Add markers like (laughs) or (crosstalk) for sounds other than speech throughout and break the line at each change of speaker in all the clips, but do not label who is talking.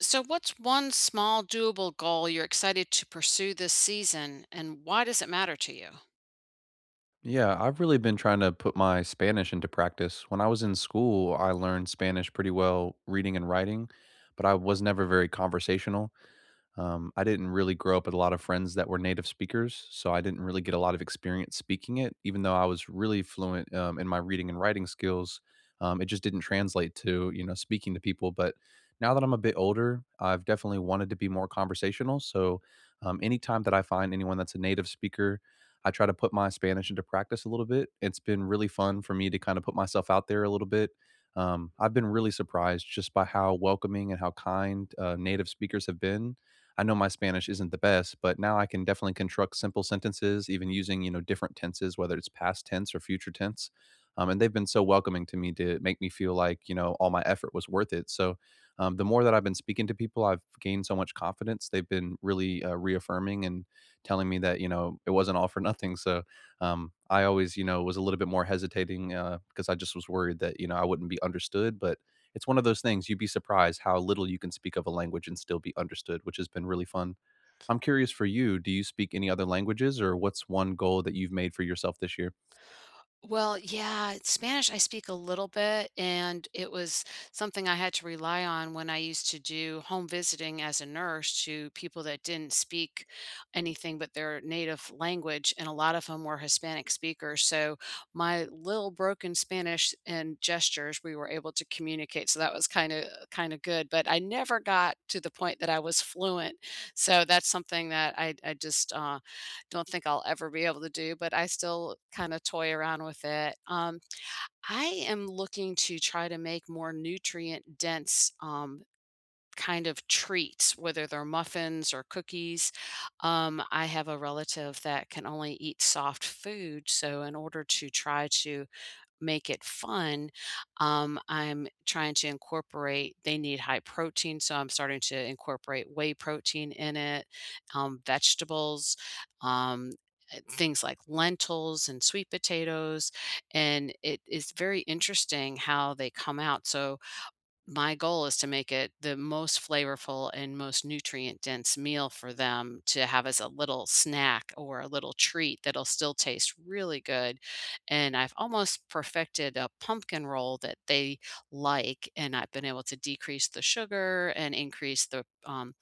So, what's one small doable goal you're excited to pursue this season, and why does it matter to you?
Yeah, I've really been trying to put my Spanish into practice. When I was in school, I learned Spanish pretty well reading and writing, but I was never very conversational. I didn't really grow up with a lot of friends that were native speakers, so I didn't really get a lot of experience speaking it, even though I was really fluent in my reading and writing skills. It just didn't translate to speaking to people. But now that I'm a bit older, I've definitely wanted to be more conversational. So anytime that I find anyone that's a native speaker, I try to put my Spanish into practice a little bit. It's been really fun for me to kind of put myself out there a little bit. I've been really surprised just by how welcoming and how kind native speakers have been. I know my Spanish isn't the best, but now I can definitely construct simple sentences, even using different tenses, whether it's past tense or future tense. And they've been so welcoming to me to make me feel like all my effort was worth it. So the more that I've been speaking to people, I've gained so much confidence. They've been really reaffirming and telling me that it wasn't all for nothing. So I always was a little bit more hesitating because I just was worried that I wouldn't be understood, but it's one of those things. You'd be surprised how little you can speak of a language and still be understood, which has been really fun. I'm curious for you, do you speak any other languages, or what's one goal that you've made for yourself this year?
Well, yeah, Spanish I speak a little bit, and it was something I had to rely on when I used to do home visiting as a nurse to people that didn't speak anything but their native language, and a lot of them were Hispanic speakers. So my little broken Spanish and gestures, we were able to communicate. So that was kind of good, but I never got to the point that I was fluent. So that's something that I just don't think I'll ever be able to do, but I still kinda toy around with it. I am looking to try to make more nutrient dense, kind of treats, whether they're muffins or cookies. I have a relative that can only eat soft food, so in order to try to make it fun, I'm trying to incorporate they need high protein, so I'm starting to incorporate whey protein in it, vegetables, um, things like lentils and sweet potatoes, and it is very interesting how they come out. So my goal is to make it the most flavorful and most nutrient dense meal for them to have as a little snack or a little treat that'll still taste really good. And I've almost perfected a pumpkin roll that they like, and I've been able to decrease the sugar and increase the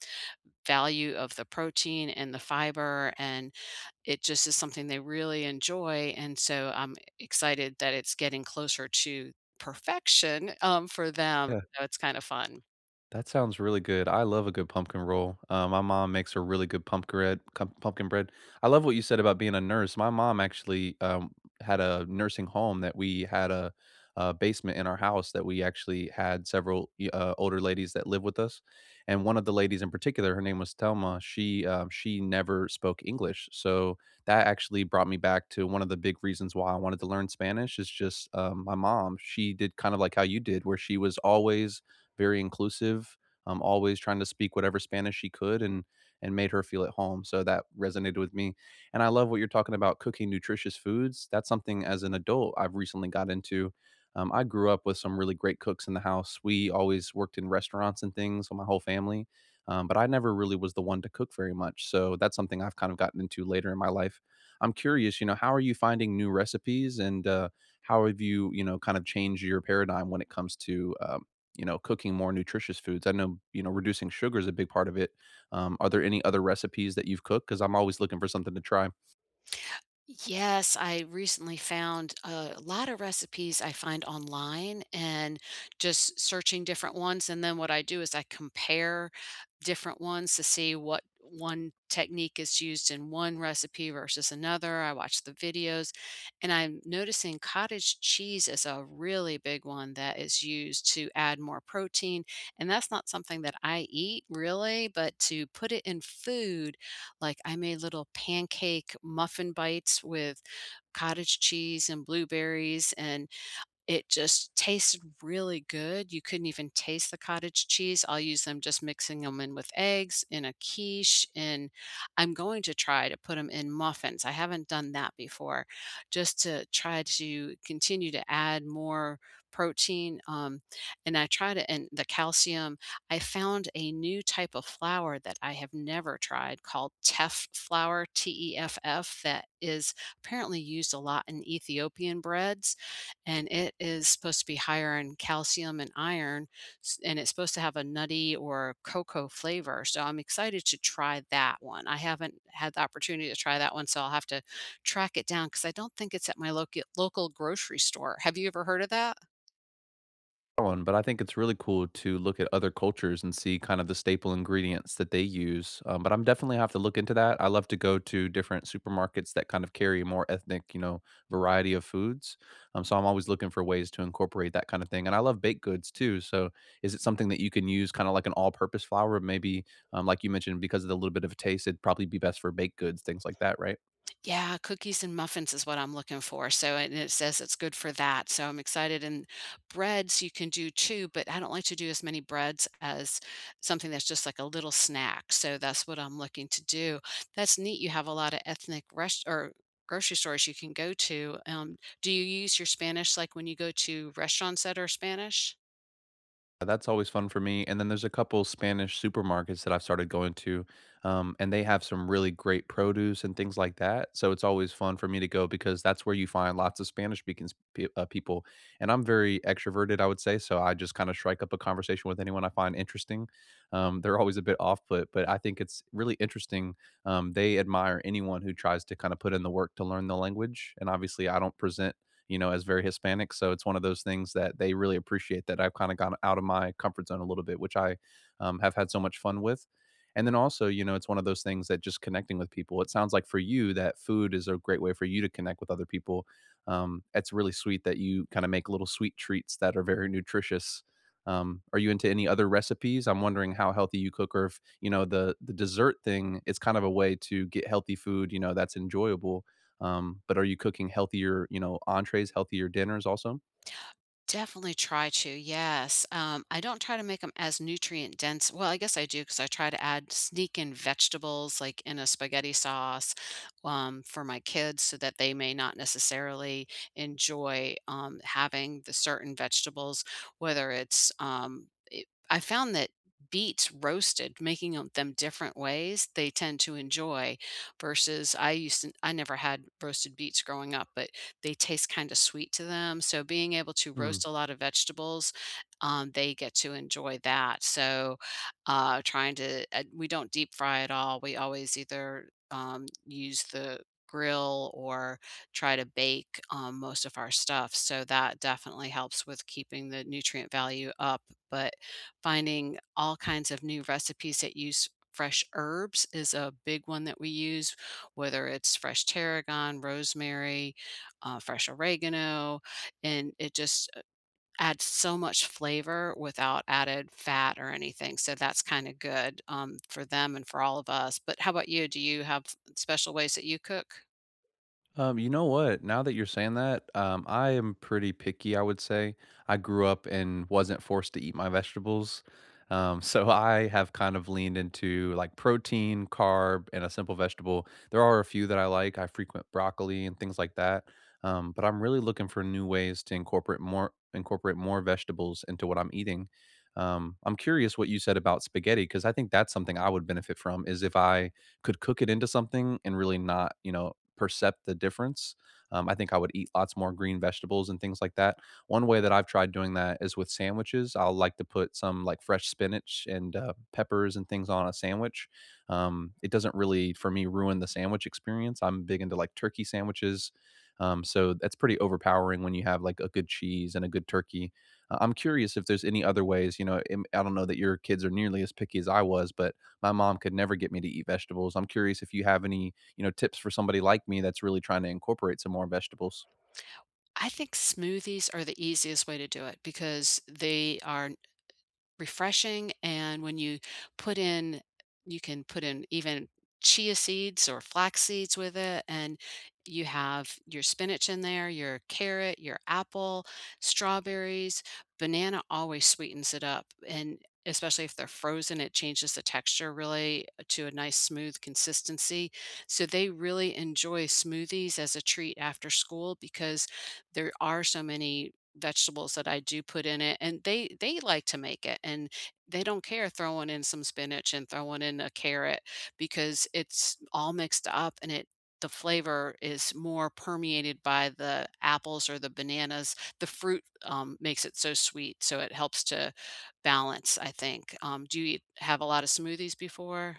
value of the protein and the fiber. And it just is something they really enjoy, and so I'm excited that it's getting closer to perfection, for them, so it's kinda fun.
That sounds really good. I love a good pumpkin roll. My mom makes a really good pumpkin bread. Pumpkin bread. I love what you said about being a nurse. My mom actually had a nursing home that we had a basement in our house that we actually had several older ladies that live with us, and one of the ladies in particular, her name was Telma. She never spoke English, so that actually brought me back to one of the big reasons why I wanted to learn Spanish. Is just my mom. She did kind of like how you did, where she was always very inclusive, always trying to speak whatever Spanish she could, and made her feel at home. So that resonated with me. And I love what you're talking about, cooking nutritious foods. That's something as an adult I've recently got into. I grew up with some really great cooks in the house. We always worked in restaurants and things, so my whole family. But I never really was the one to cook very much. So that's something I've kind of gotten into later in my life. I'm curious, you know, how are you finding new recipes, and how have you, you know, kind of changed your paradigm when it comes to, cooking more nutritious foods? I know, you know, reducing sugar is a big part of it. Are there any other recipes that you've cooked? Because I'm always looking for something to try.
Yes, I recently found a lot of recipes I find online and just searching different ones. And then what I do is I compare different ones to see what one technique is used in one recipe versus another. I watch the videos and I'm noticing cottage cheese is a really big one that is used to add more protein. And that's not something that I eat really, but to put it in food, like I made little pancake muffin bites with cottage cheese and blueberries, and it just tasted really good. You couldn't even taste the cottage cheese. I'll use them just mixing them in with eggs in a quiche, and I'm going to try to put them in muffins. I haven't done that before, just to try to continue to add more protein, and I try to and the calcium. I found a new type of flour that I have never tried called teff flour, teff, that is apparently used a lot in Ethiopian breads, and it is supposed to be higher in calcium and iron, and it's supposed to have a nutty or cocoa flavor. So I'm excited to try that one. I haven't had the opportunity to try that one, so I'll have to track it down because I don't think it's at my local grocery store. Have you ever heard of that?
One, but I think it's really cool to look at other cultures and see kind of the staple ingredients that they use. But I'm definitely have to look into that. I love to go to different supermarkets that kind of carry a more ethnic, you know, variety of foods. So I'm always looking for ways to incorporate that kind of thing. And I love baked goods too. So is it something that you can use kind of like an all-purpose flour? Maybe, like you mentioned, because of the little bit of taste, it'd probably be best for baked goods, things like that, right?
Yeah, cookies and muffins is what I'm looking for. So, and it says it's good for that. So I'm excited. And breads you can do too, but I don't like to do as many breads as something that's just like a little snack. So that's what I'm looking to do. That's neat. You have a lot of ethnic rest or grocery stores you can go to. Do you use your Spanish like when you go to restaurants that are Spanish?
That's always fun for me, and then there's a couple Spanish supermarkets that I've started going to, and they have some really great produce and things like that, so it's always fun for me to go because that's where you find lots of Spanish-speaking s pe people, and I'm very extroverted, I would say, so I just kinda strike up a conversation with anyone I find interesting. They're always a bit off put, but I think it's really interesting. They admire anyone who tries to kinda put in the work to learn the language, and obviously I don't present, you know, as very Hispanic. So it's one of those things that they really appreciate, that I've kind of gone out of my comfort zone a little bit, which I have had so much fun with. And then also, you know, it's one of those things that just connecting with people. It sounds like for you that food is a great way for you to connect with other people. It's really sweet that you kind of make little sweet treats that are very nutritious. Are you into any other recipes? I'm wondering how healthy you cook, or if you know the dessert thing is kind of a way to get healthy food. You know, that's enjoyable, but are you cooking healthier, you know, entrees, healthier dinners also?
Definitely try to, yes. I don't try to make them as nutrient dense. Well, I guess I do because I try to add sneak in vegetables like in a spaghetti sauce, for my kids, so that they may not necessarily enjoy having the certain vegetables, whether it's, I found that beets roasted making them different ways they tend to enjoy versus I used to I never had roasted beets growing up, but they taste kinda sweet to them, so being able to
Hmm.
roast a lot of vegetables, they get to enjoy that. So, trying to we don't deep fry at all. We always either, use the grill or try to bake, most of our stuff, so that definitely helps with keeping the nutrient value up, but finding all kinds of new recipes that use fresh herbs is a big one that we use, whether it's fresh tarragon, rosemary, fresh oregano, and it just adds so much flavor without added fat or anything. So that's kind of good, for them and for all of us. But how about you? Do you have special ways that you cook?
You know what? Now that you're saying that, I am pretty picky, I would say. I grew up and wasn't forced to eat my vegetables. (laughs) So I have kind of leaned into like protein, carb, and a simple vegetable. There are a few that I like. I frequent broccoli and things like that. But I'm really looking for new ways to incorporate more vegetables into what I'm eating. I'm curious what you said about spaghetti, because I think that's something I would benefit from, is if I could cook it into something and really not, you know, percept the difference. I think I would eat lots more green vegetables and things like that. One way that I've tried doing that is with sandwiches. I'll like to put some like fresh spinach and peppers and things on a sandwich. It doesn't really, for me, ruin the sandwich experience. I'm big into like turkey sandwiches. So that's pretty overpowering when you have like a good cheese and a good turkey. I'm curious if there's any other ways, I don't know that your kids are nearly as picky as I was, but my mom could never get me to eat vegetables. I'm curious if you have any, tips for somebody like me that's really trying to incorporate some more vegetables.
I think smoothies are the easiest way to do it because they are refreshing, and when you put in, you can put in even chia seeds or flax seeds with it, and you have your spinach in there, your carrot, your apple, strawberries. Banana always sweetens it up, and especially if they're frozen, it changes the texture really to a nice smooth consistency. So they really enjoy smoothies as a treat after school, because there are so many vegetables that I do put in it, and they like to make it, and they don't care throwing in some spinach and throwing in a carrot because it's all mixed up, and it the flavor is more permeated by the apples or the bananas. The fruit, makes it so sweet, so it helps to balance, I think. Do you eat, have a lot of smoothies before?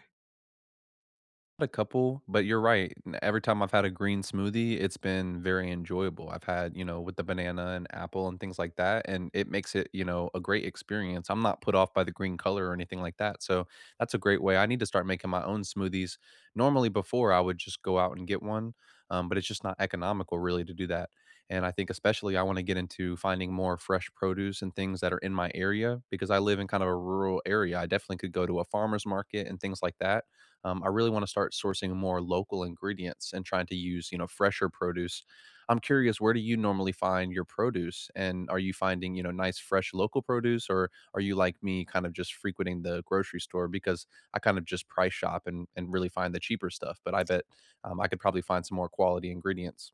A couple, but you're right. N Every time I've had a green smoothie, it's been very enjoyable. I've had, you know, with the banana and apple and things like that, and it makes it, you know, a great experience. I'm not put off by the green color or anything like that, so that's a great way. I need to start making my own smoothies. Normally, before, I would just go out and get one, but it's just not economical really to do that, and I think especially I wanna get into finding more fresh produce and things that are in my area, because I live in kind of a rural area. I definitely could go to a farmer's market and things like that. I really want to start sourcing more local ingredients and trying to use, you know, fresher produce. I'm curious, where do you normally find your produce? And are you finding, you know, nice, fresh local produce, or are you like me, kind of just frequenting the grocery store? Because I kind of just price shop, and really find the cheaper stuff. But I bet I could probably find some more quality ingredients.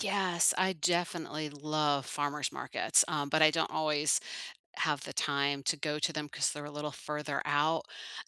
Yes, I definitely love farmers markets, but I don't always have the time to go to them because they're a little further out.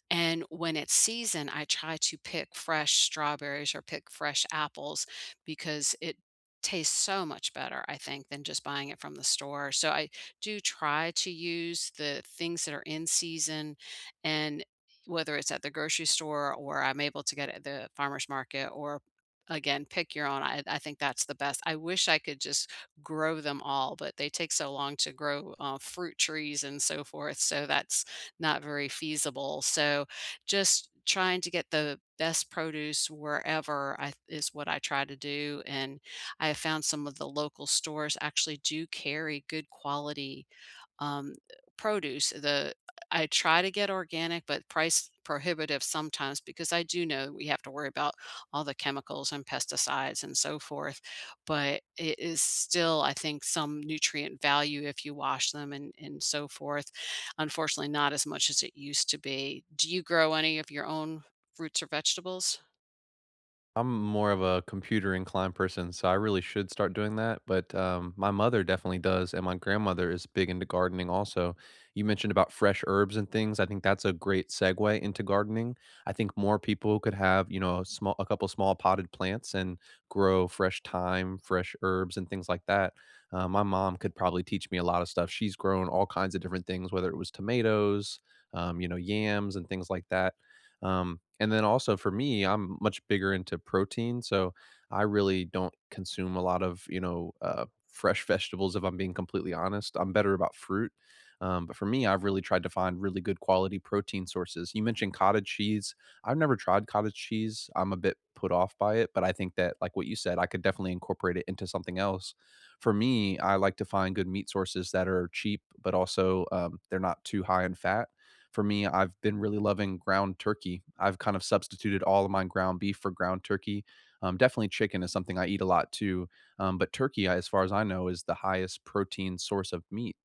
And when it's season, I try to pick fresh strawberries or pick fresh apples because it tastes so much better, I think, than just buying it from the store. So I do try to use the things that are in season, and whether it's at the grocery store or I'm able to get it at the farmer's market or again pick your own, I think that's the best. I wish I could just grow them all, but they take so long to grow, fruit trees and so forth. So that's not very feasible. So just trying to get the best produce wherever I, is what I try to do. And I have found some of the local stores actually do carry good quality, um, produce. The I try to get organic, but price prohibitive sometimes because I do know we have to worry about all the chemicals and pesticides and so forth. But it is still, I think, some nutrient value if you wash them and so forth. Unfortunately, not as much as it used to be. Do you grow any of your own fruits or vegetables?
I'm more of a computer inclined person, so I really should start doing that. But my mother definitely does, and my grandmother is big into gardening also. You mentioned about fresh herbs and things. I think that's a great segue into gardening. I think more people could have, you know, a small, a couple small potted plants and grow fresh thyme, fresh herbs, and things like that. My mom could probably teach me a lot of stuff. She's grown all kinds of different things, whether it was tomatoes, yams, and things like that. And then also for me, I'm much bigger into protein, so I really don't consume a lot of, fresh (laughs) vegetables, if I'm being completely honest. I'm better about fruit. But for me, I've really tried to find really good quality protein sources. You mentioned cottage cheese. I've never tried cottage cheese. I'm a bit put off by it, but I think that, like what you said, I could definitely incorporate it into something else. For me, I like to find good meat sources that are cheap, but also they're not too high in fat. For me, I've been really loving ground turkey. I've kind of substituted all of my ground beef for ground turkey. Definitely, chicken is something I eat a lot too. But turkey, as far as I know, is the highest protein source of meat.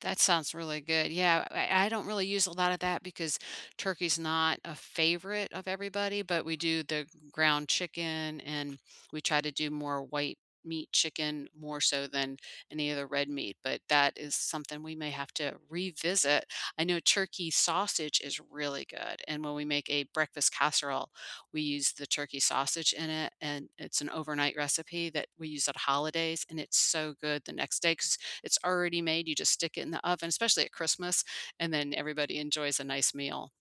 That sounds really good. Yeah, I don't really use a lot of that because turkey's not a favorite of everybody, but we do the ground chicken, and we try to do more white meat chicken more so than any other red meat. But that is something we may have to revisit. I know turkey sausage is really good. And when we make a breakfast casserole, we use the turkey sausage in it. And it's an overnight recipe that we use at holidays. And it's so good the next day, 'cause it's already made. You just stick it in the oven, especially at Christmas, and then everybody enjoys a nice meal.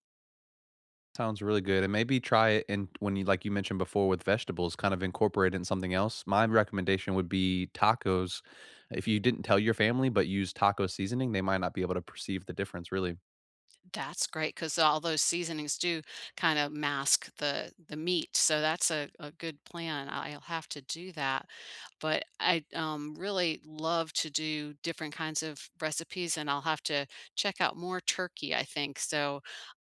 Sounds really good. And maybe try it in when you, like you mentioned before, with vegetables, kind of incorporate it in something else. My recommendation would be tacos. If you didn't tell your family but use taco seasoning, they might not be able to perceive the difference, really.
That's great because all those seasonings do kinda mask the meat, so that's a good plan. I'll have to do that, but I, really love to do different kinds of recipes, and I'll have to check out more turkey, I think. So,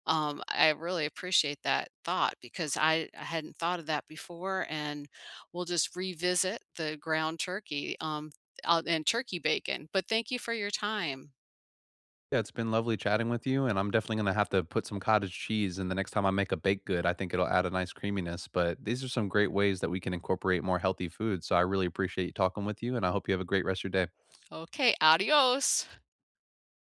I really appreciate that thought, because I hadn't thought of that before, and we'll just revisit the ground turkey, and turkey bacon. But thank you for your time.
Yeah, it's been lovely chatting with you, and I'm definitely gonna have to put some cottage cheese in the next time I make a baked good. I think it'll add a nice creaminess, but these are some great ways that we can incorporate more healthy food. So I really appreciate talking with you, and I hope you have a great rest of your day.
Okay, adios.